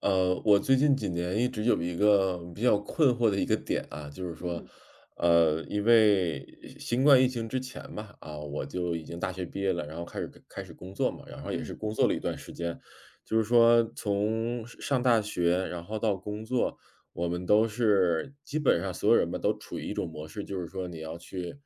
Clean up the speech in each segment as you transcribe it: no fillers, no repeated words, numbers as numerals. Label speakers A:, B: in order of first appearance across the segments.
A: 我最近几年一直有一个比较困惑的一个点啊，就是说，
B: 嗯
A: 因为新冠疫情之前吧，啊，我就已经大学毕业了，然后开始工作嘛，然后也是
B: 嗯
A: 工作了一段时间，就是说从上大学，然后到工作，我们都是基本上所有人吧，都处于一种模式，就是说你要去，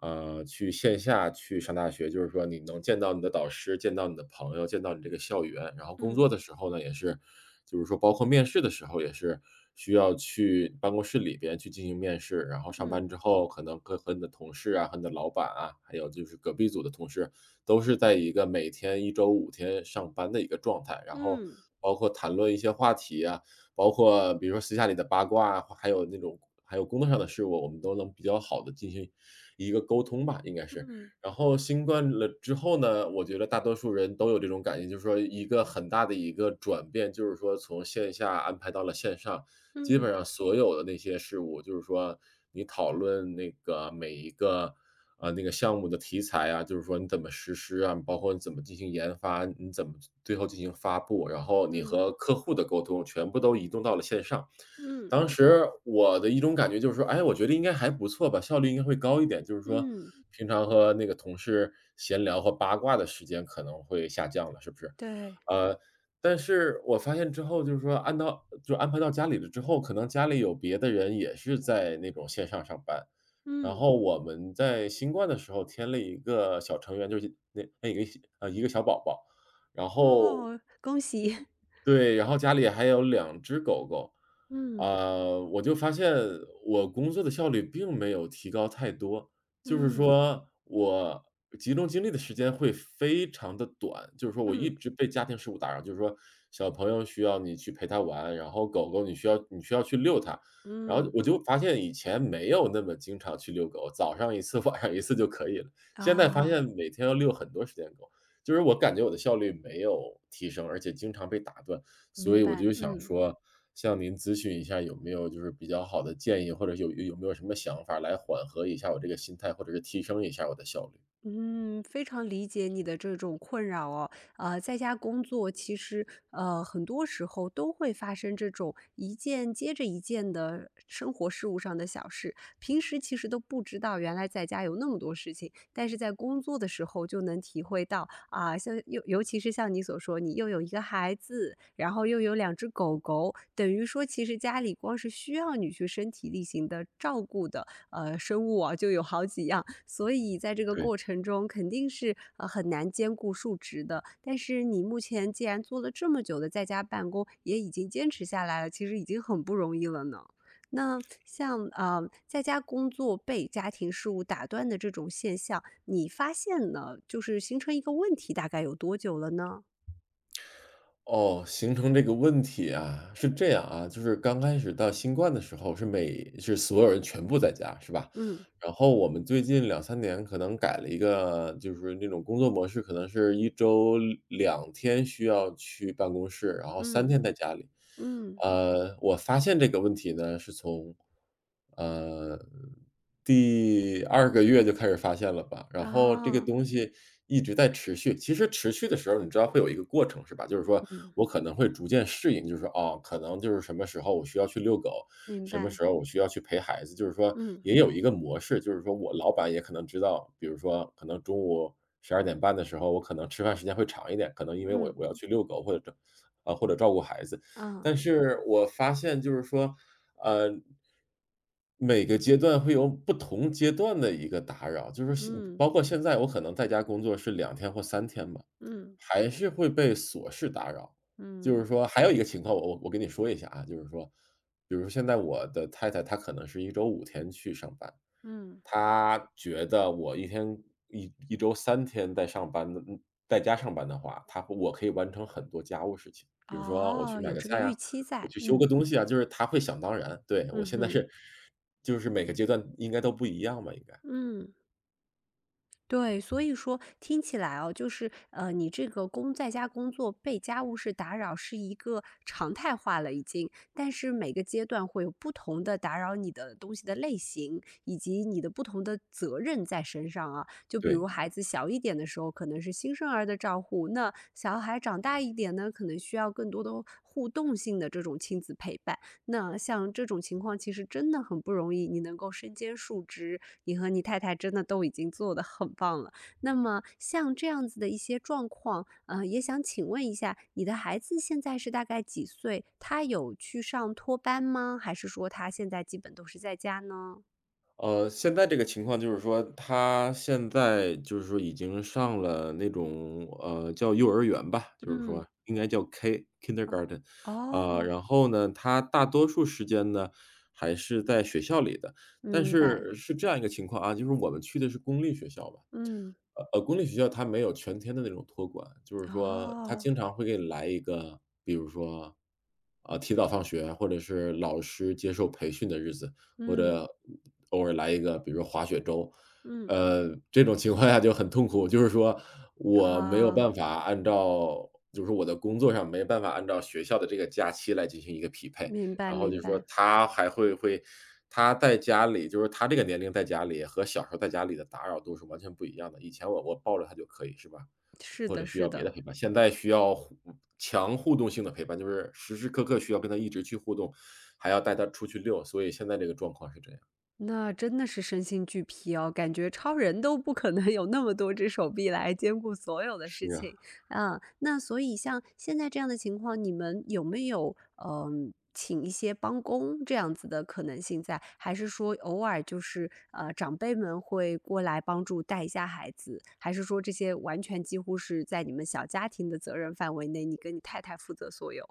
A: 去线下去上大学，就是说你能见到你的导师，见到你的朋友，见到你这个校园，然后工作
B: 嗯
A: 的时候呢，也是就是说包括面试的时候也是需要去办公室里边去进行面试，然后上
B: 嗯
A: 班之后可能跟和你的同事啊、和你的老板啊，还有就是隔壁组的同事，都是在一个每天一周五天上班的一个状态。然后
B: 嗯
A: 包括谈论一些话题啊，包括比如说私下里的八卦啊，还有那种还有工作上的事物，我们都能比较好的进行一个沟通吧，应该是。
B: 嗯
A: 然后新冠了之后呢，我觉得大多数人都有这种感觉，就是说一个很大的一个转变，就是说从线下安排到了线上，基
B: 嗯
A: 本上所有的那些事物，就是说你讨论那个每一个啊那个项目的题材啊，就是说你怎么实施啊，包括你怎么进行研发，你怎么最后进行发布，然后你
B: 嗯
A: 和客户的沟通，全部都移动到了线上。
B: 嗯
A: 当时我的一种感觉就是说，哎，我觉得应该还不错吧，效率应该会高一点。就是说，
B: 嗯，
A: 平常和那个同事闲聊和八卦的时间可能会下降了，是不是？
B: 对，
A: 呃，但是我发现之后，就是说按到就安排到家里了之后，可能家里有别的人也是在那种线上上班。然
B: 嗯。
A: 后我们在新冠的时候添了一个小成员，就是那一个一个小宝宝，然后
B: 哦，恭喜。
A: 对，然后家里还有两只狗狗。
B: 嗯
A: 啊，我就发现我工作的效率并没有提高太多，就是
B: 嗯
A: 说我集中精力的时间会非常的短，就是说我一
B: 嗯
A: 直被家庭事务打扰，就是说小朋友需要你去陪他玩，然后狗狗你需要去遛它。然后
B: 嗯，
A: 我就发现以前没有那么经常去遛狗，早上一次，晚上一次就可以了，现在发
B: 啊，
A: 现每天要遛很多时间狗。就是我感觉我的效率没有提升，而且经常被打断，
B: 明
A: 所以我
B: 白，
A: 就想
B: 嗯。
A: 说向您咨询一下有没有就是比较好的建议，或者有没有什么想法来缓和一下我这个心态，或者是提升一下我的效率？
B: 嗯，非常理解你的这种困扰哦。在家工作其实很多时候都会发生这种一件接着一件的生活事务上的小事，平时其实都不知道原来在家有那么多事情，但是在工作的时候就能体会到啊，像尤其是像你所说，你又有一个孩子，然后又有两只狗狗，等于说其实家里光是需要你去身体力行的照顾的，生物啊，就有好几样，所以在这个
A: 对。
B: 过程中肯定是，很难兼顾数值的。但是你目前既然做了这么久的在家办公，也已经坚持下来了，其实已经很不容易了呢。那像，在家工作被家庭事务打断的这种现象，你发现呢，就是形成一个问题大概有多久了呢？
A: 哦，形成这个问题啊，是这样啊，就是刚开始到新冠的时候是所有人全部在家，是吧？
B: 嗯，
A: 然后我们最近两三年可能改了一个就是那种工作模式，可能是一周2天需要去办公室，然后三
B: 嗯，
A: 天在家里。
B: 嗯，
A: 我发现这个问题呢，是从，呃，第二个月就开始发现了吧，然后这个
B: 啊，
A: 东西一直在持续。其实持续的时候，你知道会有一个过程是吧？就是说
B: 嗯，
A: 我可能会逐渐适应，就是说，哦，可能就是什么时候我需要去遛狗，
B: 明
A: 什么
B: 白，
A: 时候我需要去陪孩子，就是说
B: 嗯，
A: 也有一个模式，就是说我老板也可能知道，比如说可能中午12点半的时候，我可能吃饭时间会长一点，可能因为我
B: 嗯，
A: 我要去遛狗或者照啊，或者照顾孩子。
B: 啊，
A: 但是我发现就是说，呃，每个阶段会有不同阶段的一个打扰，就是
B: 嗯，
A: 包括现在我可能在家工作是2天或3天吧，
B: 嗯，
A: 还是会被琐事打扰。就是
B: 嗯。
A: 说还有一个情况，我跟你说一下啊，就是说，比如说现在我的太太她可能是一周五天去上班，
B: 嗯，
A: 他觉得我一天一周三天在上班的，在家上班的话，他会我可以完成很多家务事情。比如说我
B: 哦，
A: 去买
B: 有
A: 个
B: 这个
A: 菜啊，
B: 预期
A: 我
B: 在，
A: 去修个
B: 嗯，
A: 东西啊，就是他会想当然。对，我
B: 嗯
A: 现在
B: 哼，
A: 是是每个阶段应该都不一样吧，应该，
B: 嗯，对，所以说听起来哦，就是你这个在家工作被家务事打扰是一个常态化了已经，但是每个阶段会有不同的打扰你的东西的类型，以及你的不同的责任在身上啊。就比如
A: 对。
B: 孩子小一点的时候，可能是新生儿的照护，那小孩长大一点呢，可能需要更多的互动性的这种亲子陪伴。那像这种情况其实真的很不容易，你能够身兼数职，你和你太太真的都已经做得很棒了。那么像这样子的一些状况，也想请问一下，你的孩子现在是大概几岁？他有去上托班吗？还是说他现在基本都是在家呢？
A: 现在这个情况就是说，他现在就是说已经上了那种，叫幼儿园吧，就是
B: 嗯，
A: 说应该叫 K
B: 哦，
A: kindergarten，啊，
B: 哦，
A: 然后呢，他大多数时间呢还是在学校里的。但
B: 明白，
A: 是是这样一个情况啊，就是我们去的是公立学校吧，
B: 嗯，
A: 公立学校它没有全天的那种托管，就是说他
B: 哦，
A: 经常会给你来一个，比如说，啊，提早放学，或者是老师接受培训的日子。或
B: 嗯，
A: 者偶尔来一个，比如说滑雪周。
B: 嗯，
A: 这种情况下就很痛苦，就是说我没有
B: 啊，
A: 办法按照就是我的工作上没办法按照学校的这个假期来进行一个匹配。
B: 明白，
A: 然后就
B: 明
A: 是说
B: 白，
A: 他还会他在家里就是他这个年龄在家里和小时候在家里的打扰度是完全不一样的。以前我抱着他就可以，是吧？
B: 是
A: 或者
B: 的，
A: 需
B: 是
A: 要别的
B: 的。
A: 陪伴，现在需要强互动性的陪伴，就是时时刻刻需要跟他一直去互动，还要带他出去遛，所以现在这个状况是这样。
B: 那真的是身心俱疲哦，感觉超人都不可能有那么多只手臂来兼顾所有的事
A: 是啊。
B: 情。啊，那所以像现在这样的情况，你们有没有嗯、请一些帮工这样子的可能性在？还是说偶尔就是长辈们会过来帮助带一下孩子？还是说这些完全几乎是在你们小家庭的责任范围内，你跟你太太负责所有？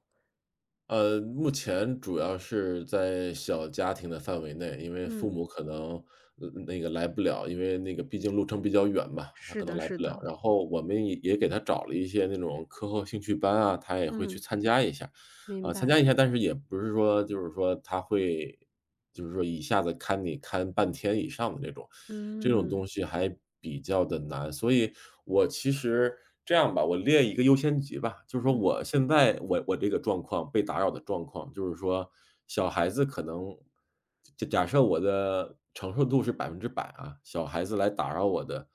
A: 目前主要是在小家庭的范围内，因为父
B: 嗯，
A: 母可能，那个来不了，因为那个毕竟路程比较远嘛，他
B: 是
A: 可能
B: 的，
A: 来
B: 是
A: 不了。
B: 的，
A: 然后我们也给他找了一些那种课后兴趣班啊，他也会去
B: 嗯，
A: 参加一下，
B: 明
A: 啊，参
B: 白，
A: 加一下，但是也不是说就是说他会就是说一下子看你看半天以上的那种，这种
B: 嗯
A: 东西还比较的难。所以我其实这样吧，我列一个优先级吧，就是说
B: 嗯
A: 我现在我这个状况被打扰的状况，就是说小孩子可能假设我的承受度是100%啊，小孩子来打扰我的，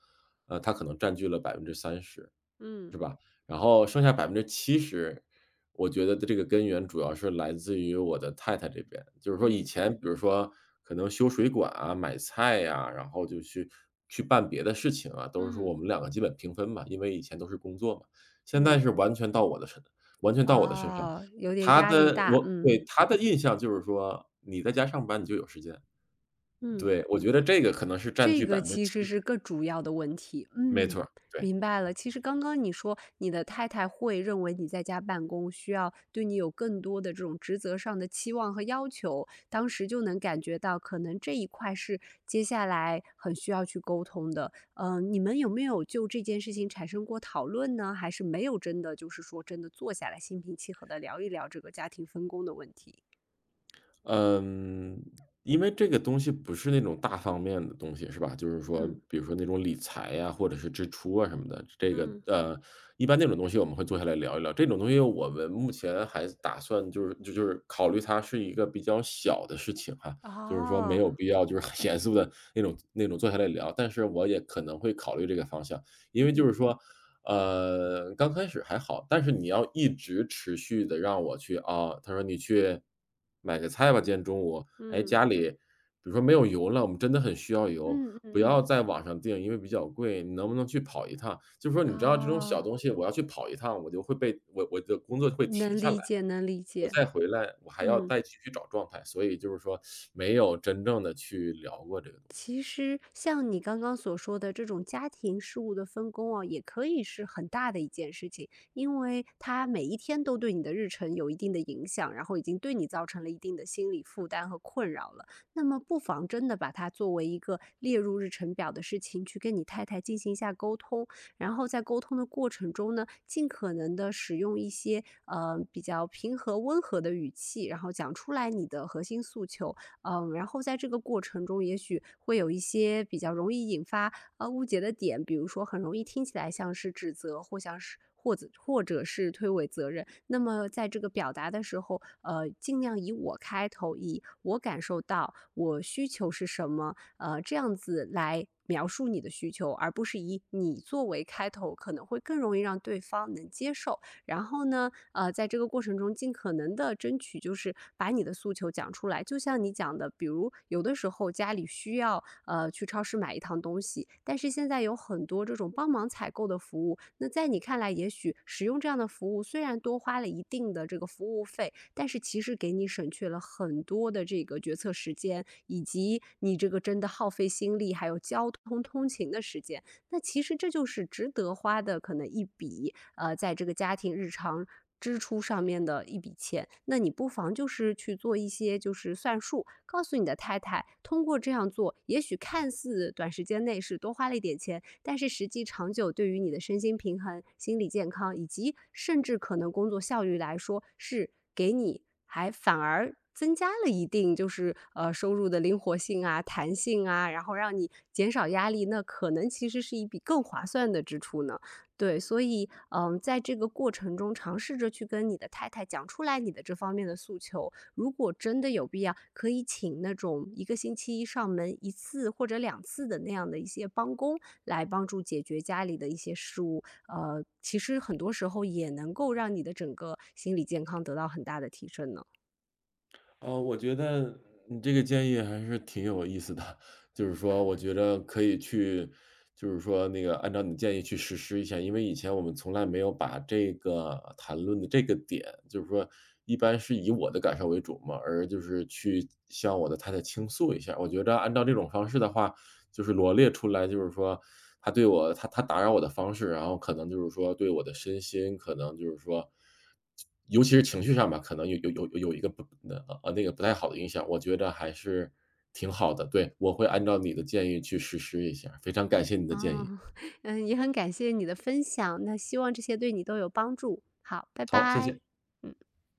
A: 他可能占据了30%。
B: 嗯。
A: 然后剩下百分之七十，我觉得的这个根源主要是来自于我的太太这边。就是说以
B: 嗯
A: 前比如说可能修水管啊、买菜呀，然后就去办别的事情啊，都是说我
B: 嗯
A: 们两个基本平分嘛，因为以前都是工作嘛。现在
B: 嗯，
A: 是完全到我的身上。
B: 哦，有点
A: 他
B: 压力
A: 的
B: 大，
A: 我对，
B: 嗯
A: 他的印象就是说你在家上班你就有时间。
B: 嗯，
A: 对，我觉得这个可能是占
B: 这
A: 据百
B: 个
A: 分之
B: 其实
A: 七十，
B: 是个主要的问题，
A: 没错
B: 嗯，
A: 儿，对。
B: 明白了。其实刚刚你说你的太太会认为你在家办公需要对你有更多的这种职责上的期望和要求，当时就能感觉到可能这一块是接下来很需要去沟通的。嗯，你们有没有就这件事情产生过讨论呢？还是没有真的就是说真的坐下来心平气和的聊一聊这个家庭分工的问题？
A: 嗯，因为这个东西不是那种大方面的东西，是吧？就是说，
B: 嗯，
A: 比如说那种理财呀，或者是支出啊什么的，这个
B: 嗯，
A: 一般那种东西我们会坐下来聊一聊。这种东西我们目前还打算就是考虑它是一个比较小的事情哈，就是说没
B: 哦，
A: 有必要就是很严肃的那种坐下来聊。但是我也可能会考虑这个方向，因为就
B: 嗯，
A: 是说刚开始还好，但是你要一直持续的让我去啊，他说：“你去买个菜吧，今天中午。”哎，
B: 嗯，
A: 家里比如说没有油了，我们真的很需要油，
B: 嗯嗯
A: 不要
B: 嗯，
A: 在网上订，因为比较贵，你能不能去跑一趟？就是说你知道这种
B: 哦，
A: 小东西，我要去跑一趟，我就会被我的工作会停
B: 能
A: 下来，
B: 理解能理
A: 我
B: 解，
A: 再回来，我还要
B: 嗯。
A: 再继续找状态，所以就是说没有真正的去聊过这个东西。
B: 其实像你刚刚所说的这种家庭事务的分工哦，也可以是很大的一件事情，因为它每一天都对你的日程有一定的影响，然后已经对你造成了一定的心理负担和困扰了。那么不妨真的把它作为一个列入日程表的事情，去跟你太太进行一下沟通，然后在沟通的过程中呢，尽可能的使用一些比较平和温和的语气，然后讲出来你的核心诉求，嗯，然后在这个过程中，也许会有一些比较容易引发误解的点，比如说很容易听起来像是指责，或像是或者或者是推诿责任。那么在这个表达的时候，尽量以我开头，以我感受到，我需求是什么，这样子来。描述你的需求，而不是以你作为开头，可能会更容易让对方能接受。然后呢，在这个过程中尽可能的争取就是把你的诉求讲出来。就像你讲的，比如有的时候家里需要，去超市买一趟东西，但是现在有很多这种帮忙采购的服务，那在你看来，也许使用这样的服务虽然多花了一定的这个服务费，但是其实给你省去了很多的这个决策时间，以及你这个真的耗费心力，还有交通通勤的时间。那其实这就是值得花的可能一笔，在这个家庭日常支出上面的一笔钱。那你不妨就是去做一些就是算术，告诉你的太太，通过这样做，也许看似短时间内是多花了一点钱，但是实际长久对于你的身心平衡、心理健康以及甚至可能工作效率来说，是给你还反而增加了一定就是收入的灵活性啊、弹性啊，然后让你减少压力，那可能其实是一笔更划算的支出呢。对，所以嗯，在这个过程中，尝试着去跟你的太太讲出来你的这方面的诉求。如果真的有必要，可以请那种一个星期上门一次或者两次的那样的一些帮工来帮助解决家里的一些事务。其实很多时候也能够让你的整个心理健康得到很大的提升呢。
A: 哦，我觉得你这个建议还是挺有意思的，就是说，我觉得可以去，就是说那个按照你建议去实施一下，因为以前我们从来没有把这个谈论的这个点，就是说，一般是以我的感受为主嘛，而就是去向我的太太倾诉一下。我觉得按照这种方式的话，就是罗列出来，就是说他打扰我的方式，然后可能就是说对我的身心，可能就是说，尤其是情绪上吧，可能有一个不那个不太好的影响，我觉得还是挺好的。对，我会按照你的建议去实施一下，非常感谢你的建议。
B: 哦，嗯，也很感谢你的分享，那希望这些对你都有帮助。好，拜
A: 好，谢
B: 拜。
A: 谢。
B: 嗯。